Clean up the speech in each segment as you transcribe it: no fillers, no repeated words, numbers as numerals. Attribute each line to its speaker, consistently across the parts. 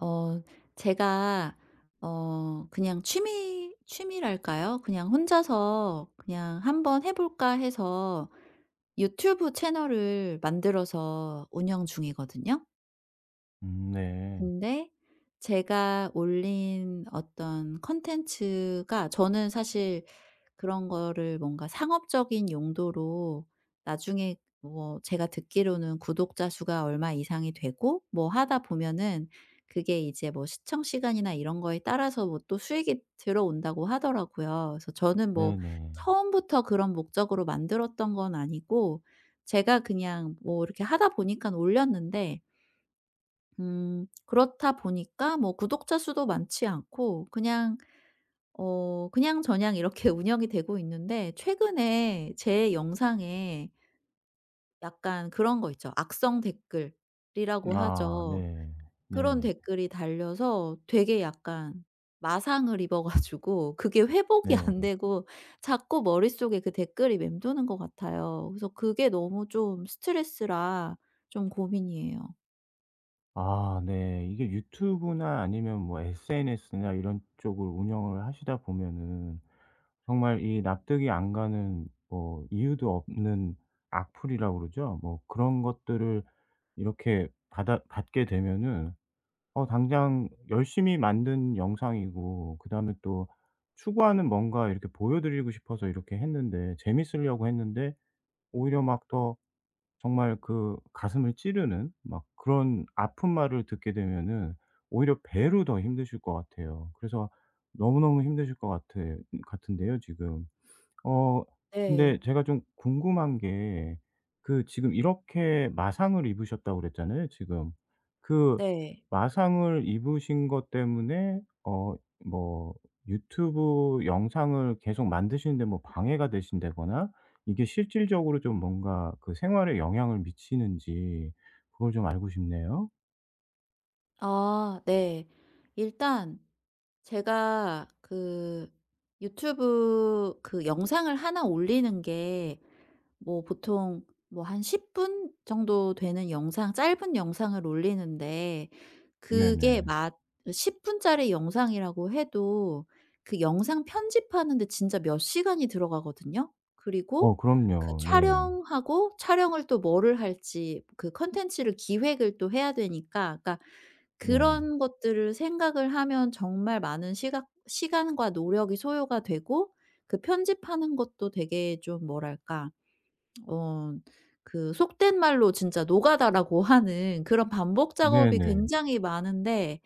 Speaker 1: 어 제가 그냥 취미랄까요? 그냥 혼자서 그냥 '한번 해 볼까.' 해서 유튜브 채널을 만들어서 운영 중이거든요.
Speaker 2: 네.
Speaker 1: 근데 제가 올린 어떤 컨텐츠가 저는 사실 그런 거를 뭔가 상업적인 용도로 나중에, 뭐 제가 듣기로는 구독자 수가 얼마 이상이 되고 뭐 하다 보면은 그게 이제 뭐 시청 시간이나 이런 거에 따라서 뭐 또 수익이 들어온다고 하더라고요. 그래서 저는 뭐
Speaker 2: 네네.
Speaker 1: 처음부터 그런 목적으로 만들었던 건 아니고, 제가 그냥 뭐 이렇게 하다 보니까 올렸는데 그렇다 보니까 뭐 구독자 수도 많지 않고 그냥 그냥저냥 이렇게 운영이 되고 있는데, 최근에 제 영상에 약간 그런 거 있죠. 악성 댓글이라고
Speaker 2: 아
Speaker 1: 하죠.
Speaker 2: 네.
Speaker 1: 그런
Speaker 2: 네.
Speaker 1: 댓글이 달려서 되게 약간 마상을 입어 가지고 그게 회복이 안
Speaker 2: 네.
Speaker 1: 되고 자꾸 머릿속에 그 댓글이 맴도는 것 같아요. 그래서 그게 너무 좀 스트레스라 좀 고민이에요.
Speaker 2: 아 네. 이게 유튜브나 아니면 뭐 SNS나 이런 쪽을 운영을 하시다 보면은 정말 이 납득이 안 가는, 뭐 이유도 없는 악플이라고 그러죠. 뭐 그런 것들을 이렇게 받아 받게 되면은 당장 열심히 만든 영상이고, 그다음에 또 추구하는 뭔가 이렇게 보여 드리고 싶어서 이렇게 했는데, 재밌으려고 했는데, 오히려 막 더 정말 그 가슴을 찌르는 막 그런 아픈 말을 듣게 되면은 오히려 배로 더 힘드실 것 같아요. 그래서 너무너무 힘드실 것 같아 같은데요 지금. 어 근데
Speaker 1: 네.
Speaker 2: 제가 좀 궁금한 게, 그 지금 이렇게 마상을 입으셨다고 그랬잖아요, 지금. 그
Speaker 1: 네.
Speaker 2: 마상을 입으신 것 때문에 뭐 유튜브 영상을 계속 만드시는데 뭐 방해가 되신다거나, 이게 실질적으로 좀 뭔가 그 생활에 영향을 미치는지, 그걸 좀 알고 싶네요.
Speaker 1: 아 네. 일단 제가 그 유튜브 그 영상을 하나 올리는 게 뭐 보통 뭐 한 10분 정도 되는 영상, 짧은 영상을 올리는데, 그게
Speaker 2: 네네.
Speaker 1: 맞 10 분짜리 영상이라고 해도 그 영상 편집하는데 진짜 몇 시간이 들어가거든요.
Speaker 2: 어
Speaker 1: 그리고 그
Speaker 2: 그럼요. 네.
Speaker 1: 촬영하고, 촬영을 또 뭐를 할지 그 콘텐츠를 기획을 또 해야 되니까, 그러니까
Speaker 2: 네.
Speaker 1: 그런 것들을 생각을 하면 정말 많은 시각 시간과 노력이 소요가 되고, 그 편집하는 것도 되게 좀 뭐랄까 어 그 속된 말로 진짜 노가다라고 하는 그런 반복 작업이
Speaker 2: 네네.
Speaker 1: 굉장히 많은데,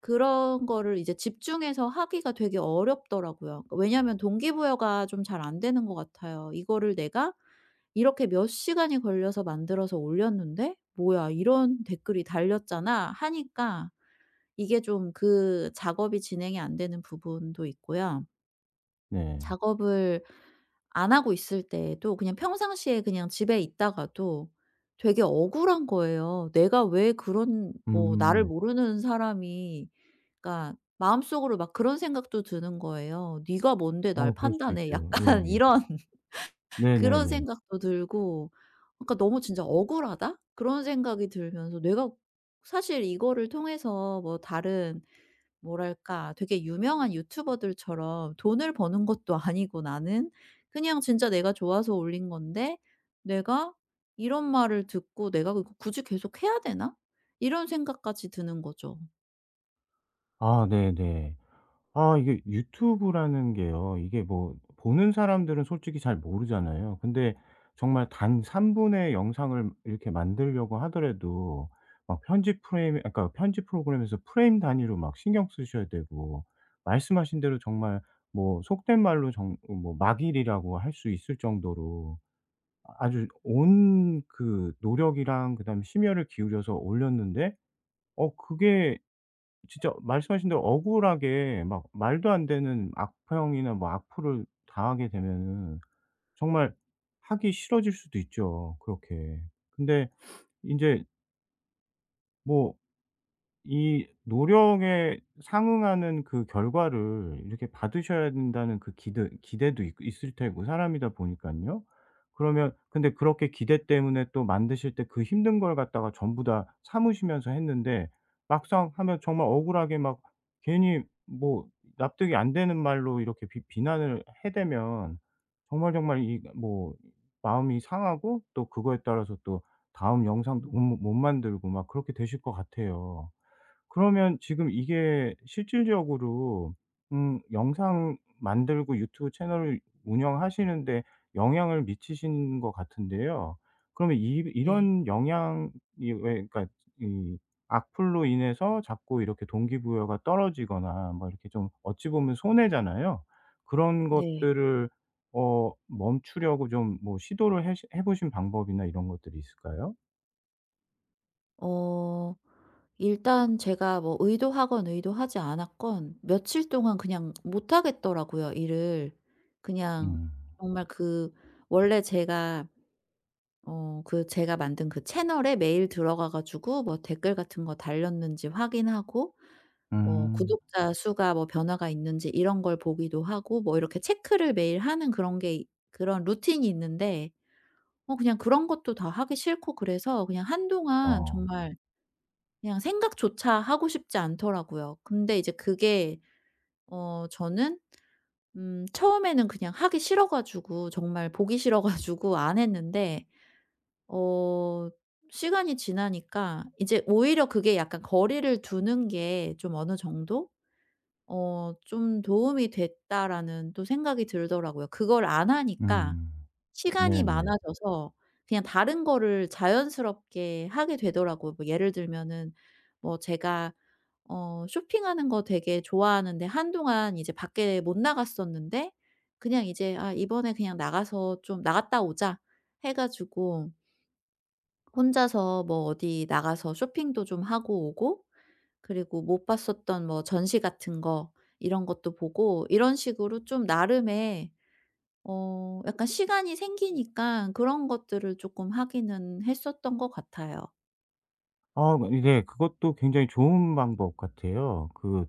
Speaker 1: 그런 거를 이제 집중해서 하기가 되게 어렵더라고요. 왜냐하면 동기부여가 좀 잘 안 되는 것 같아요. '이거를 내가 이렇게 몇 시간이 걸려서 만들어서 올렸는데 뭐야, 이런 댓글이 달렸잖아.' 하니까 이게 좀 그 작업이 진행이 안 되는 부분도 있고요.
Speaker 2: 네.
Speaker 1: 작업을 안 하고 있을 때에도 그냥 평상시에 그냥 집에 있다가도 되게 억울한 거예요. 내가 왜 그런, 뭐 나를
Speaker 2: 음.
Speaker 1: 모르는 사람이, 그러니까 마음속으로 막 그런 생각도 드는 거예요. '네가 뭔데 날
Speaker 2: 아 그럴 수
Speaker 1: 판단해.'
Speaker 2: 있죠.
Speaker 1: 약간
Speaker 2: 예예.
Speaker 1: 이런 그런
Speaker 2: 네네네.
Speaker 1: 생각도 들고, 그러니까 너무 진짜 '억울하다.' 그런 생각이 들면서, 내가 사실 이거를 통해서 뭐 다른, 뭐랄까 되게 유명한 유튜버들처럼 돈을 버는 것도 아니고, 나는 그냥 진짜 내가 좋아서 올린 건데 '내가 이런 말을 듣고 내가 이거 굳이 계속 해야 되나?' 이런 생각까지 드는 거죠.
Speaker 2: 아 네네. 아, 이게 유튜브라는 게요, 이게 뭐 보는 사람들은 솔직히 잘 모르잖아요. 근데 정말 단 3분 분의 영상을 이렇게 만들려고 하더라도 막 편집 프레임 아까 편집 프로그램에서 프레임 단위로 막 신경 쓰셔야 되고, 말씀하신 대로 정말 뭐 속된 말로 정 뭐 막일이라고 할 수 있을 정도로 아주 온 그 노력이랑 그다음에 심혈을 기울여서 올렸는데, 그게 진짜 말씀하신 대로 억울하게 막 말도 안 되는 악평이나 뭐 악플을 당하게 되면은 정말 하기 싫어질 수도 있죠, 그렇게. 근데 인제 뭐 이 노력에 상응하는 그 결과를 이렇게 받으셔야 된다는 그 기대도 있 있을 테고, 사람이다 보니까요. 그러면, 근데 그렇게 기대 때문에 또 만드실 때 그 힘든 걸 갖다가 전부 다 참으시면서 했는데 막상 하면 정말 억울하게 막 괜히 뭐 납득이 안 되는 말로 이렇게 비 비난을 해대면 정말, 정말 이 뭐 마음이 상하고, 또 그거에 따라서 또 다음 영상도 못 만들고 막 그렇게 되실 것 같아요. 그러면 지금 이게 실질적으로 영상 만들고 유튜브 채널을 운영하시는데 영향을 미치시는 것 같은데요. 그러면 이,
Speaker 1: 네.
Speaker 2: 이런 영향이, 왜 그러니까 이 악플로 인해서 자꾸 이렇게 동기부여가 떨어지거나 뭐 이렇게, 좀 어찌 보면 손해잖아요. 그런
Speaker 1: 네.
Speaker 2: 것들을 멈추려고 좀 뭐 시도를 해 보신 방법이나 이런 것들이 있을까요?
Speaker 1: 어 일단 제가 뭐 의도하건 의도하지 않았건 며칠 동안 그냥 못 하겠더라고요 일을. 그냥
Speaker 2: 음.
Speaker 1: 정말 그 원래 제가 만든 그 채널에 매일 들어가 가지고 뭐 댓글 같은 거 달렸는지 확인하고, 뭐
Speaker 2: 음.
Speaker 1: 구독자 수가 뭐 변화가 있는지 이런 걸 보기도 하고, 뭐 이렇게 체크를 매일 하는 그런 게 이 그런 루틴이 있는데, 그냥 그런 것도 다 하기 싫고, 그래서 그냥 한동안
Speaker 2: 어.
Speaker 1: 정말 그냥 생각조차 하고 싶지 않더라고요. 근데 이제 그게, 저는 처음에는 그냥 하기 싫어 가지고 정말 보기 싫어 가지고 안 했는데, 어 시간이 지나니까 이제 오히려 그게 약간 거리를 두는 게 좀 어느 정도 '좀 도움이 됐다.'라는 또 생각이 들더라고요. 그걸 안 하니까
Speaker 2: 음.
Speaker 1: 시간이
Speaker 2: 네네.
Speaker 1: 많아져서 그냥 다른 거를 자연스럽게 하게 되더라고요. 뭐 예를 들면은, 뭐 제가 쇼핑하는 거 되게 좋아하는데 한동안 이제 밖에 못 나갔었는데, 그냥 이제 '아 이번에 그냥 나가서 좀 나갔다 오자.' 해 가지고 혼자서 뭐 어디 나가서 쇼핑도 좀 하고 오고, 그리고 못 봤었던 뭐 전시 같은 거 이런 것도 보고, 이런 식으로 좀 나름의 약간 시간이 생기니까 그런 것들을 조금 하기는 했었던 것 같아요.
Speaker 2: 아이, 그것도 굉장히 좋은 방법 같아요. 그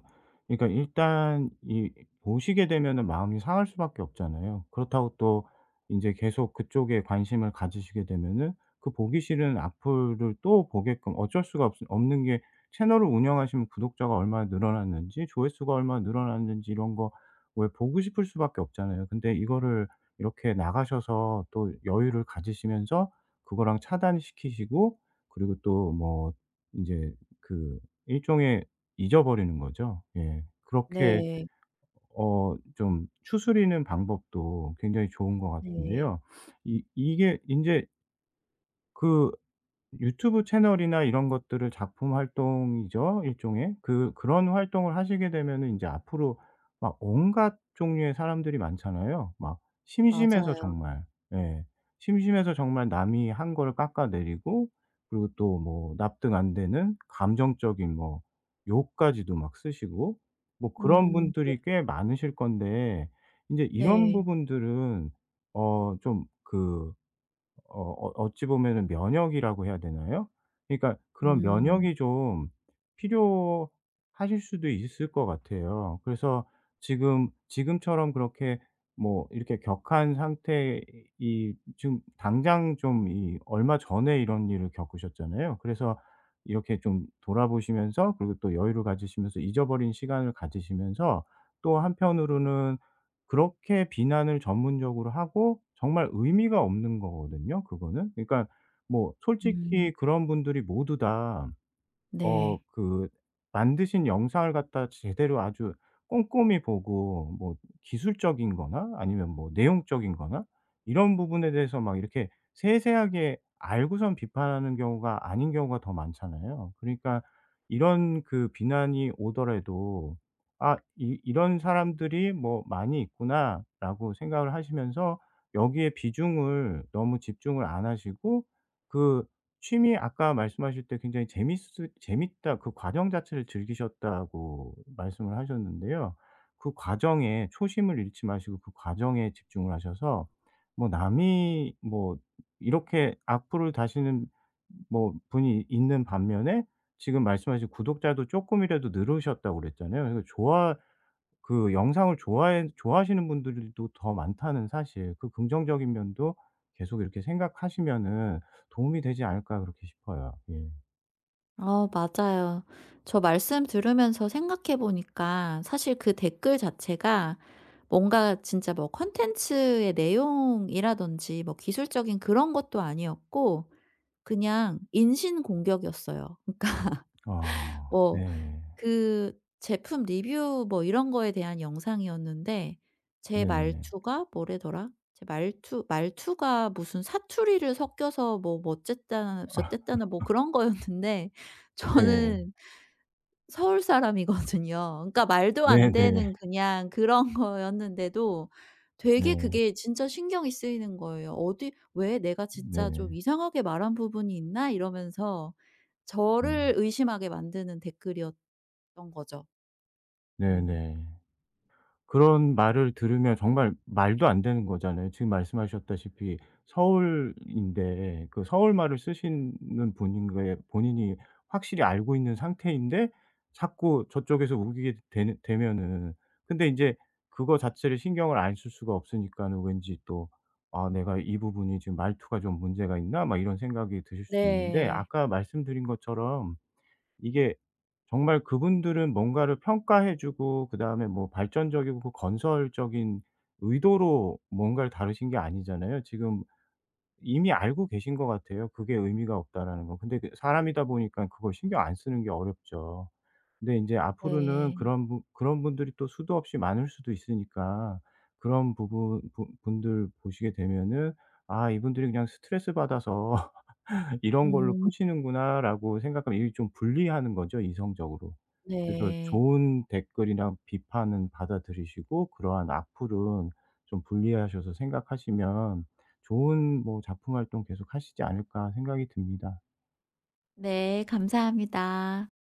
Speaker 2: 그러니까 일단 이 보시게 되면은 마음이 상할 수밖에 없잖아요. 그렇다고 또 이제 계속 그쪽에 관심을 가지시게 되면은 그 보기 싫은 악플을 또 보게끔 어쩔 수가 없 없는 게, 채널을 운영하시면 구독자가 얼마나 늘어났는지, 조회수가 얼마나 늘어났는지 이런 거 왜 보고 싶을 수밖에 없잖아요. 근데 이거를 이렇게 나가셔서 또 여유를 가지시면서 그거랑 차단시키시고, 그리고 또뭐 이제 그 일종의 잊어버리는 거죠. 예. 그렇게
Speaker 1: 네.
Speaker 2: 좀 추스리는 방법도 굉장히 좋은 것
Speaker 1: 네.
Speaker 2: 같은데요. 이 이게 인제 그, 유튜브 채널이나 이런 것들을 작품 활동이죠, 일종의. 그런 활동을 하시게 되면은 제 앞으로 막 온갖 종류의 사람들이 많잖아요. 막 심심해서
Speaker 1: 맞아요.
Speaker 2: 정말. 예. 심심해서 정말 남이 한 거를 깎아내리고, 그리고 또 뭐 납득 안 되는 감정적인 뭐 욕까지도 막 쓰시고 뭐 그런
Speaker 1: 음.
Speaker 2: 분들이 꽤 많으실 건데, 이제 이런
Speaker 1: 네.
Speaker 2: 부분들은, 어좀그 어 어 어찌 보면은 면역이라고 해야 되나요? 그러니까 그런
Speaker 1: 음.
Speaker 2: 면역이 좀 필요하실 수도 있을 것 같아요. 그래서 지금처럼 그렇게 뭐 이렇게 격한 상태, 이 지금 당장 좀 이 얼마 전에 이런 일을 겪으셨잖아요. 그래서 이렇게 좀 돌아보시면서, 그리고 또 여유를 가지시면서, 잊어버린 시간을 가지시면서, 또 한편으로는 그렇게 비난을 전문적으로 하고, 정말 의미가 없는 거거든요, 그거는. 그러니까 뭐
Speaker 1: 음.
Speaker 2: 솔직히 그런 분들이 모두 다
Speaker 1: 네.
Speaker 2: 그 만드신 영상을 갖다 제대로 아주 꼼꼼히 보고 뭐 기술적인 거나, 아니면 뭐 내용적인 거나 이런 부분에 대해서 막 이렇게 세세하게 알고선 비판하는 경우가 아닌 경우가 더 많잖아요. 그러니까 이런 그 비난이 오더라도 '아, 이 이런 사람들이 뭐 많이 있구나.'라고 생각을 하시면서 여기에 비중을, 너무 집중을 안 하시고, 그 취미, 아까 말씀하실 때 굉장히 재밌다 그 과정 자체를 즐기셨다고 말씀을 하셨는데요. 그 과정에 초심을 잃지 마시고 그 과정에 집중을 하셔서, 뭐 남이 뭐 이렇게 악플을 다시는 뭐 분이 있는 반면에 지금 말씀하신 구독자도 조금이라도 늘으셨다고 그랬잖아요. 그래서 좋아 그 영상을 좋아해 좋아하시는 분들도 더 많다는 사실, 그 긍정적인 면도 계속 이렇게 생각하시면은 도움이 되지 않을까 그렇게 싶어요. 예.
Speaker 1: 맞아요. 저 말씀 들으면서 생각해 보니까 사실 그 댓글 자체가 뭔가 진짜 뭐 컨텐츠의 내용이라든지 뭐 기술적인 그런 것도 아니었고 그냥 인신 공격이었어요.
Speaker 2: 아
Speaker 1: 뭐
Speaker 2: 네.
Speaker 1: 그 제품 리뷰 뭐 이런 거에 대한 영상이었는데 제
Speaker 2: 네네.
Speaker 1: 말투가 뭐래더라? 제 말투가 무슨 사투리를 섞여서 뭐 뭐쨌다나
Speaker 2: 아
Speaker 1: 저쨌다나 뭐 그런 거였는데
Speaker 2: 네.
Speaker 1: 저는 서울 사람이거든요. 그러니까 말도 안 되는
Speaker 2: 네네.
Speaker 1: 그냥 그런 거였는데도 되게
Speaker 2: 네.
Speaker 1: 그게 진짜 신경이 쓰이는 거예요. '어디 왜 내가 진짜 좀
Speaker 2: 네.
Speaker 1: 이상하게 말한 부분이 있나?' 이러면서
Speaker 2: 네.
Speaker 1: 저를 의심하게 만드는 댓글이었던 거죠. 음.
Speaker 2: 네네. 그런 말을 들으면 정말 말도 안 되는 거잖아요. 지금 말씀하셨다시피 서울인데, 그 서울 말을 쓰시는 분인 거에 본인이 확실히 알고 있는 상태인데 자꾸 저쪽에서 우기게 되는 되면은, 근데 인제 그거 자체를 신경을 안 쓸 수가 없으니까는 왠지 또 '아, 내가 이 부분이 지금 말투가 좀 문제가 있나?' 막 이런 생각이 드실 수 있는데,
Speaker 1: 네.
Speaker 2: 아까 말씀드린 것처럼 이게 정말 그분들은 뭔가를 평가해 주고 그다음에 뭐 발전적이고 그 건설적인 의도로 뭔가를 다루신 게 아니잖아요. 지금 이미 알고 계신 것 같아요, 그게 의미가 없다라는 건. 근데 그, 사람이다 보니까 그걸 신경 안 쓰는 게 어렵죠. 근데 이제 앞으로는
Speaker 1: 네.
Speaker 2: 그런 분들이 또 수도 없이 많을 수도 있으니까 그런 부분 분 분들 보시게 되면은 '아, 이분들이 그냥 스트레스 받아서 이런 걸로
Speaker 1: 음
Speaker 2: 푸시는구나.'라고 생각하면 이게 좀 불리하는 거죠, 이성적으로. 그래서
Speaker 1: 네.
Speaker 2: 좋은 댓글이나 비판은 받아들이시고 그러한 악플은 좀 분리하셔서 생각하시면 좋은 뭐 작품 활동 계속하시지 않을까 생각이 듭니다.
Speaker 1: 네. 감사합니다.